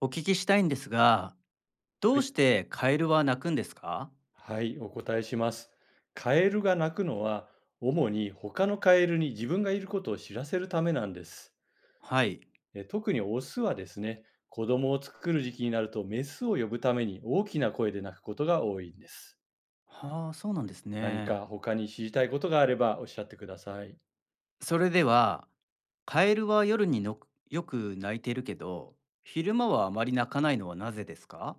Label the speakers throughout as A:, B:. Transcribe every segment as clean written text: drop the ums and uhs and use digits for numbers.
A: お聞きしたいんですが、ど
B: は
A: う
B: い、
A: してカエルは鳴くんですか？
B: はい、お答えします。カエルが鳴くのは、主に他のカエルに自分がいることを知らせるためなんです。
A: はい。
B: 特にオスはですね、子供を作る時期になるとメスを呼ぶために大きな声で鳴くことが多いんです。
A: はあ、そうなんです
B: 何
A: ね。
B: か他に知りたいことがあればおっしゃってください。
A: それでは、カエルは夜にのよく鳴いているけど、昼間はあまり鳴かないのはなぜですか？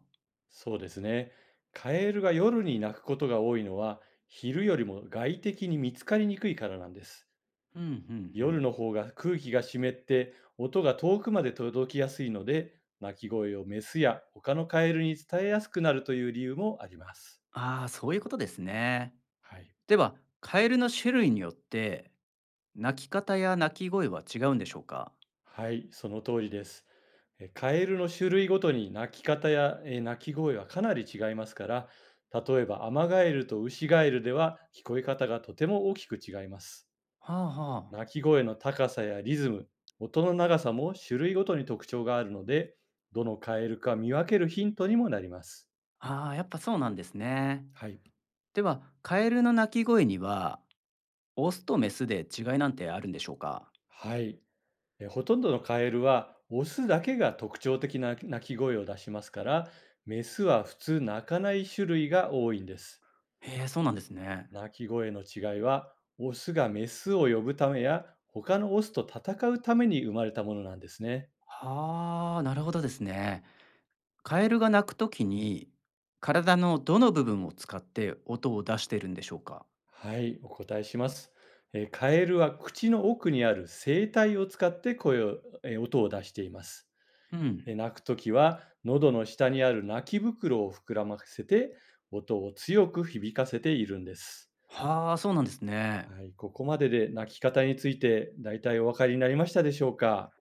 B: そうですね。カエルが夜に鳴くことが多いのは、昼よりも外的に見つかりにくいからなんです。
A: うんうんう
B: 夜
A: ん。
B: の方が空気が湿って音が遠くまで届きやすいので、鳴き声をメスや他のカエルに伝えやすくなるという理由もあります。
A: ああ、そういうことですね。
B: はい。
A: では、カエルの種類によって、鳴き方や鳴き声は違うんでしょうか？
B: はい、その通りです。カエルの種類ごとに鳴き方や鳴き声はかなり違いますから、例えばアマガエルとウシガエルでは聞こえ方がとても大きく違います。
A: はあは
B: 鳴き声の高さやリズム、音の長さも種類ごとに特徴があるので、どのカエルか見分けるヒントにもなります。
A: あ。ああ、やっぱそうなんですね。
B: はい。
A: では、カエルの鳴き声には、オスとメスで違いなんてあるんでしょうか？
B: はい。ほとんどのカエルはオスだけが特徴的な鳴き声を出しますから、メスは普通鳴かない種類が多いんです。
A: へえ、そうなんですね。
B: 鳴き声の違いは、オスがメスを呼ぶためや、他のオスと戦うために生まれたものなんですね。
A: はあ、なるほどですね。カエルが鳴くときに、体のどの部分を使って音を出しているんでしょうか？
B: はい、お答えします。カエルは口の奥にある声帯を使って声を、音を出しています。
A: うん。
B: 泣くときは、喉の下にある泣き袋を膨らませて、音を強く響かせているんです。
A: はあ、そうなんですね。
B: はい、ここまでで泣き方について大体お分かりになりましたでしょうか。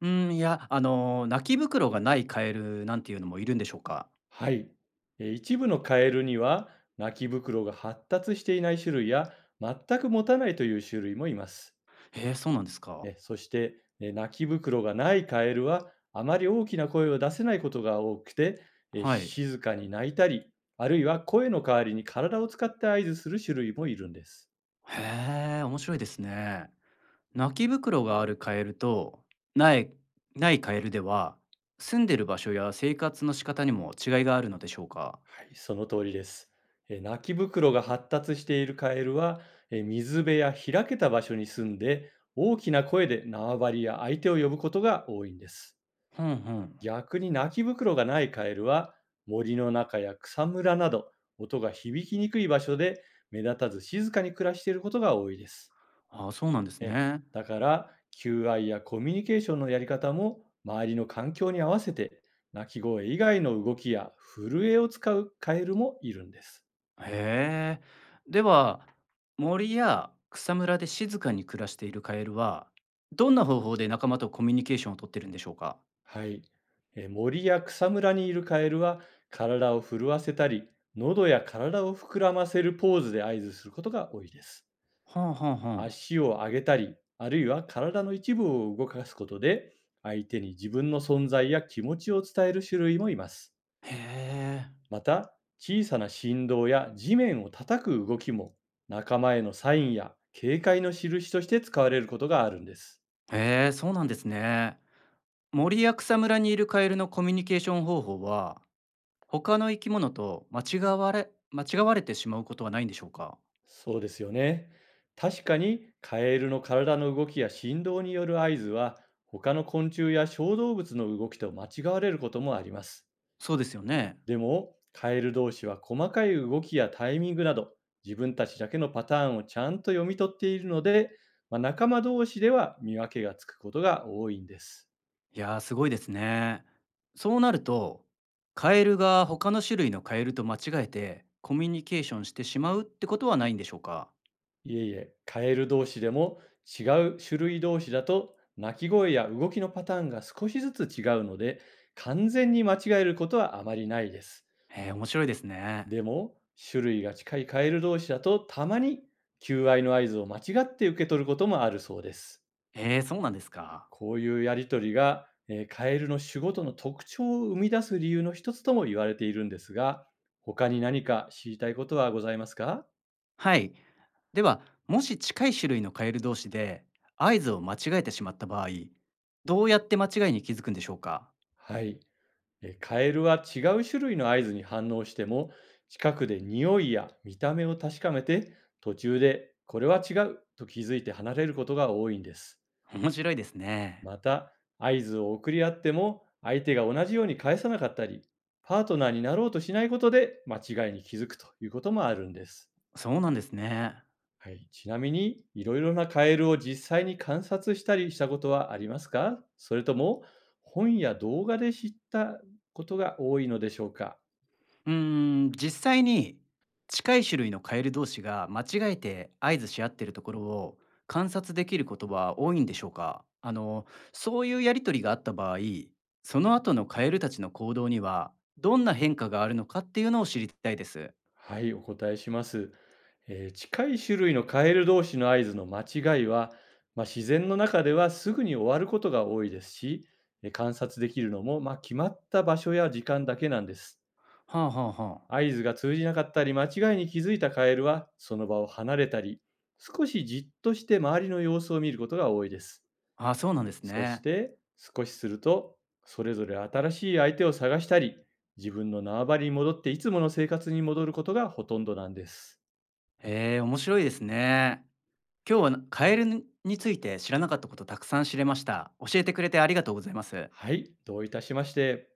A: うん、いや、あの、鳴き袋がないカエルなんていうのもいるんでしょうか？
B: はい。一部のカエルには、泣き袋が発達していない種類や、全く持たないという種類もいます。
A: へえ、そうなんですか。
B: そして、泣き袋がないカエルは、あまり大きな声を出せないことが多くて、
A: はい。
B: 静かに泣いたり、あるいは声の代わりに体を使って合図する種類もいるんです。
A: へえ、面白いですね。泣き袋があるカエルとないないカエルでは住んでる場所や生活の仕方にも違いがあるのでしょうか？
B: はい。その通りです。泣き袋が発達しているカエルは、水辺や開けた場所に住んで、大きな声で縄張りや相手を呼ぶことが多いんです。
A: うんうん。
B: 逆に泣き袋がないカエルは、森の中や草むらなど、音が響きにくい場所で目立たず静かに暮らしていることが多いです。
A: ああ、そうなんです
B: え
A: ね。
B: だから求愛やコミュニケーションのやり方も周りの環境に合わせて、鳴き声以外の動きや震えを使うカエルもいるんです。
A: へえ。では、森や草むらで静かに暮らしているカエルはどんな方法で仲間とコミュニケーションをとってるんでしょうか？
B: はい。森や草むらにいるカエルは、体を震わせたり、喉や体を膨らませるポーズで合図することが多いです。
A: はんはんはん。
B: 足を上げたり、あるいは体の一部を動かすことで、相手に自分の存在や気持ちを伝える種類もいます。
A: へ
B: また、小さな振動や地面を叩く動きも、仲間へのサインや警戒の印として使われることがあるんです。
A: え、へえ、そうなんですね。森や草むらにいるカエルのコミュニケーション方法は他の生き物と間違われてしまうことはないんでしょうか？
B: そうですよね。確かに、カエルの体の動きや振動による合図は、他の昆虫や小動物の動きと間違われることもあります。
A: そうですよね。
B: でも、カエル同士は細かい動きやタイミングなど、自分たちだけのパターンをちゃんと読み取っているので、まあ、仲間同士では見分けがつくことが多いんです。
A: いやー、すごいですね。そうなると、カエルが他の種類のカエルと間違えてコミュニケーションしてしまうってことはないんでしょうか？
B: いえいえ、カエル同士でも違う種類同士だと、鳴き声や動きのパターンが少しずつ違うので、完全に間違えることはあまりないです。
A: へー、面白いですね。
B: でも、種類が近いカエル同士だと、たまに求愛の合図を間違って受け取ることもあるそうです。
A: ええ、そうなんですか。
B: こういうやり取りが、カエルの種ごとの特徴を生み出す理由の一つとも言われているんですが、他に何か知りたいことはございますか？
A: はい。では、もし近い種類のカエル同士で合図を間違えてしまった場合、どうやって間違いに気づくんでしょうか？
B: はい、カエルは違う種類の合図に反応しても、近くで匂いや見た目を確かめて、途中でこれは違うと気づいて離れることが多いんです。
A: 面白いですね。
B: また、合図を送り合っても、相手が同じように返さなかったり、パートナーになろうとしないことで間違いに気づくということもあるんです。
A: そうなんですね。
B: はい。ちなみに、いろいろなカエルを実際に観察したりしたことはありますか？それとも、本や動画で知ったことが多いのでしょうか？
A: うーん、実際に近い種類のカエル同士が間違えて合図し合ってるところを観察できることは多いんでしょうか？あの、そういうやりとりがあった場合、その後のカエルたちの行動にはどんな変化があるのかっていうのを知りたいです。
B: はい、お答えします。近い種類のカエル同士の合図の間違いは、まあ、自然の中ではすぐに終わることが多いですし、観察できるのも、まあ、決まった場所や時間だけなんです。
A: はあはあは
B: 合図が通じなかったり、間違いに気づいたカエルは、その場を離れたり、少しじっとして周りの様子を見ることが多いです。
A: あ。あ、そうなんです
B: そし
A: ね。
B: て、少しすると、それぞれ新しい相手を探したり、自分の縄張りに戻っていつもの生活に戻ることがほとんどなんです。
A: へえ、面白いですね。今日はカエルについて知らなかったことたくさん知れました。教えてくれてありがとうございます。
B: はい、どういたしまして。